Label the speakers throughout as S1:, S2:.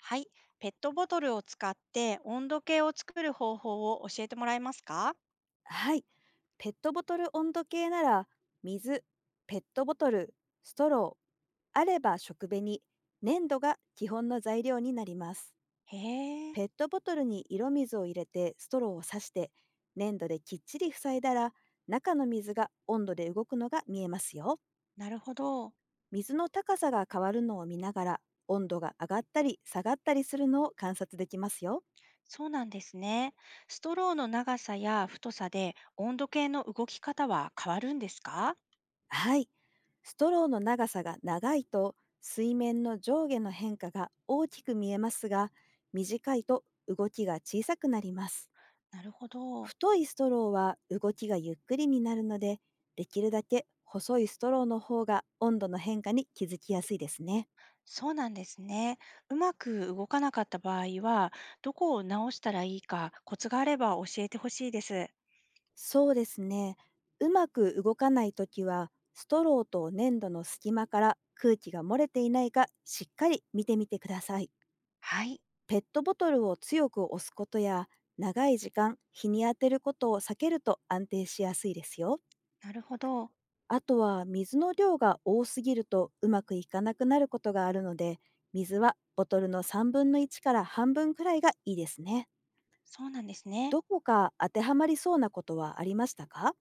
S1: はい、ペットボトルを使って温度計を作る方法を教えてもらえますか？
S2: はい。ペットボトル温度計なら、水、ペットボトル、ストロー、あれば食紅、粘土が基本の材料になります。
S1: へえ、
S2: ペットボトルに色水を入れてストローを刺して、粘土できっちり塞いだら、中の水が温度で動くのが見えますよ。
S1: なるほど。
S2: 水の高さが変わるのを見ながら、温度が上がったり下がったりするのを観察できますよ。
S1: そうなんですね。ストローの長さや太さで温度計の動き方は変わるんですか？
S2: はい。ストローの長さが長いと水面の上下の変化が大きく見えますが、短いと動きが小さくなります。
S1: なるほど。
S2: 太いストローは動きがゆっくりになるので、できるだけ細いストローの方が温度の変化に気づきやすいですね。
S1: そうなんですね。うまく動かなかった場合は、どこを直したらいいかコツがあれば教えてほしいです。
S2: そうですね。うまく動かないときは、ストローと粘土の隙間から空気が漏れていないかしっかり見てみてください。
S1: はい、
S2: ペットボトルを強く押すことや長い時間日に当てることを避けると安定しやすいですよ。
S1: なるほど。
S2: あとは水の量が多すぎるとうまくいかなくなることがあるので、水はボトルの3分の1から半分くらいがいいですね。
S1: そうなんですね。
S2: どこか当てはまりそうなことはありましたか？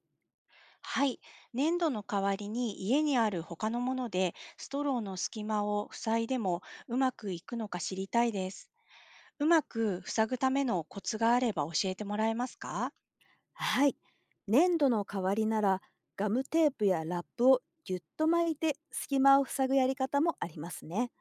S1: はい。粘土の代わりに家にある他のものでストローの隙間を塞いでもうまくいくのか知りたいです。うまく塞ぐためのコツがあれば教えてもらえますか？
S2: はい。粘土の代わりなら、ガムテープやラップをぎゅっと巻いて隙間を塞ぐやり方もありますね。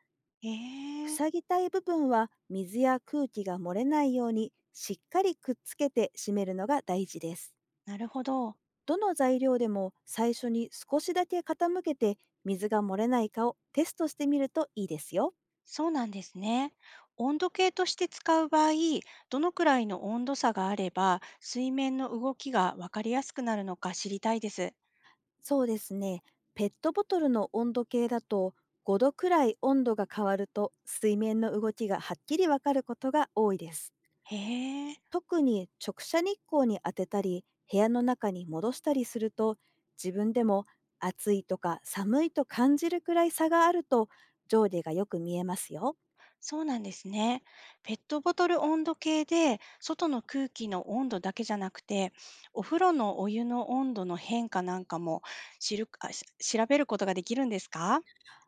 S1: ええー、
S2: 塞ぎたい部分は水や空気が漏れないようにしっかりくっつけて締めるのが大事です。
S1: なるほど。
S2: どの材料でも最初に少しだけ傾けて、水が漏れないかをテストしてみるといいですよ。
S1: そうなんですね。温度計として使う場合、どのくらいの温度差があれば水面の動きがわかりやすくなるのか知りたいです。
S2: そうですね。ペットボトルの温度計だと、5度くらい温度が変わると水面の動きがはっきりわかることが多いです。
S1: へえ。
S2: 特に直射日光に当てたり部屋の中に戻したりすると、自分でも暑いとか寒いと感じるくらい差があると上下がよく見えますよ。
S1: そうなんですね。ペットボトル温度計で外の空気の温度だけじゃなくて、お風呂のお湯の温度の変化なんかも知るあし調べることができるんですか？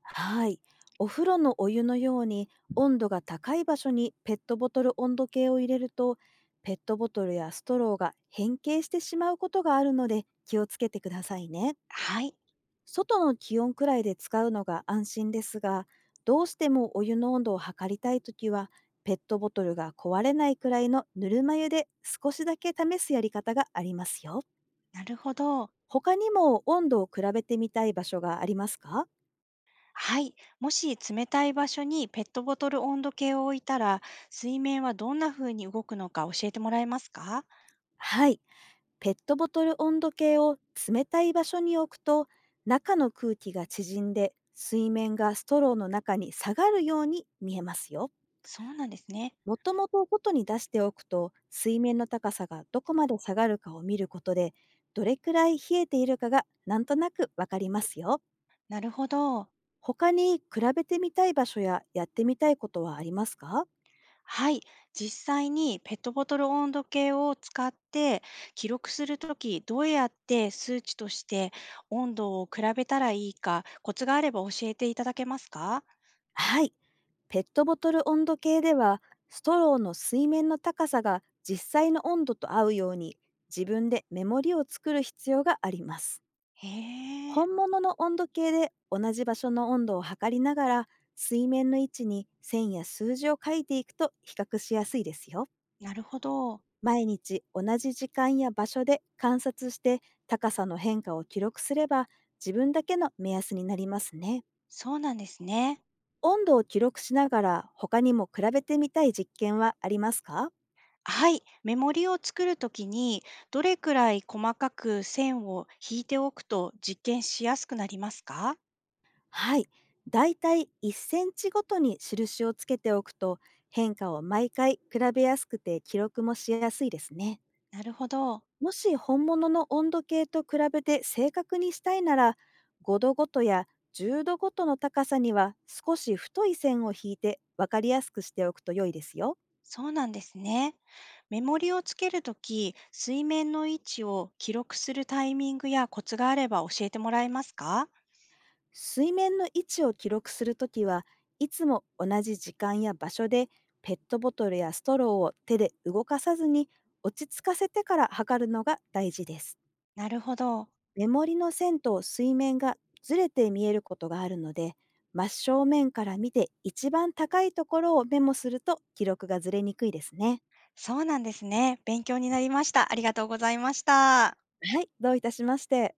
S2: はい。お風呂のお湯のように温度が高い場所にペットボトル温度計を入れると、ペットボトルやストローが変形してしまうことがあるので気をつけてくださいね。
S1: はい、
S2: 外の気温くらいで使うのが安心ですが、どうしてもお湯の温度を測りたいときは、ペットボトルが壊れないくらいのぬるま湯で少しだけ試すやり方がありますよ。
S1: なるほど。
S2: 他にも温度を比べてみたい場所がありますか？
S1: はい、もし冷たい場所にペットボトル温度計を置いたら、水面はどんな風に動くのか教えてもらえますか？
S2: はい。ペットボトル温度計を冷たい場所に置くと、中の空気が縮んで水面がストローの中に下がるように見えますよ。
S1: そうなんですね。
S2: もともと外に出しておくと、水面の高さがどこまで下がるかを見ることで、どれくらい冷えているかがなんとなくわかりますよ。
S1: なるほど。
S2: 他に比べてみたい場所ややってみたいことはありますか？
S1: はい、実際にペットボトル温度計を使って記録するとき、どうやって数値として温度を比べたらいいか、コツがあれば教えていただけますか？
S2: はい。ペットボトル温度計では、ストローの水面の高さが実際の温度と合うように、自分でメモリを作る必要があります。
S1: へえ、
S2: 本物の温度計で同じ場所の温度を測りながら、水面の位置に線や数字を書いていくと比較しやすいですよ。
S1: なるほど。
S2: 毎日同じ時間や場所で観察して、高さの変化を記録すれば自分だけの目安になりますね。
S1: そうなんですね。
S2: 温度を記録しながら他にも比べてみたい実験はありますか？
S1: はい、メモリを作るときに、どれくらい細かく線を引いておくと実験しやすくなりますか？
S2: はい。だいたい1センチごとに印をつけておくと、変化を毎回比べやすくて記録もしやすいですね。
S1: なるほど。
S2: もし本物の温度計と比べて正確にしたいなら、5度ごとや10度ごとの高さには少し太い線を引いて分かりやすくしておくと良いですよ。
S1: そうなんですね。メモリをつけるとき、水面の位置を記録するタイミングやコツがあれば教えてもらえますか？
S2: 水面の位置を記録するときは、いつも同じ時間や場所でペットボトルやストローを手で動かさずに落ち着かせてから測るのが大事です。
S1: なるほど。
S2: 目盛りの線と水面がずれて見えることがあるので、真正面から見て一番高いところをメモすると記録がずれにくいですね。
S1: そうなんですね。勉強になりました。ありがとうございました。
S2: はい、どういたしまして。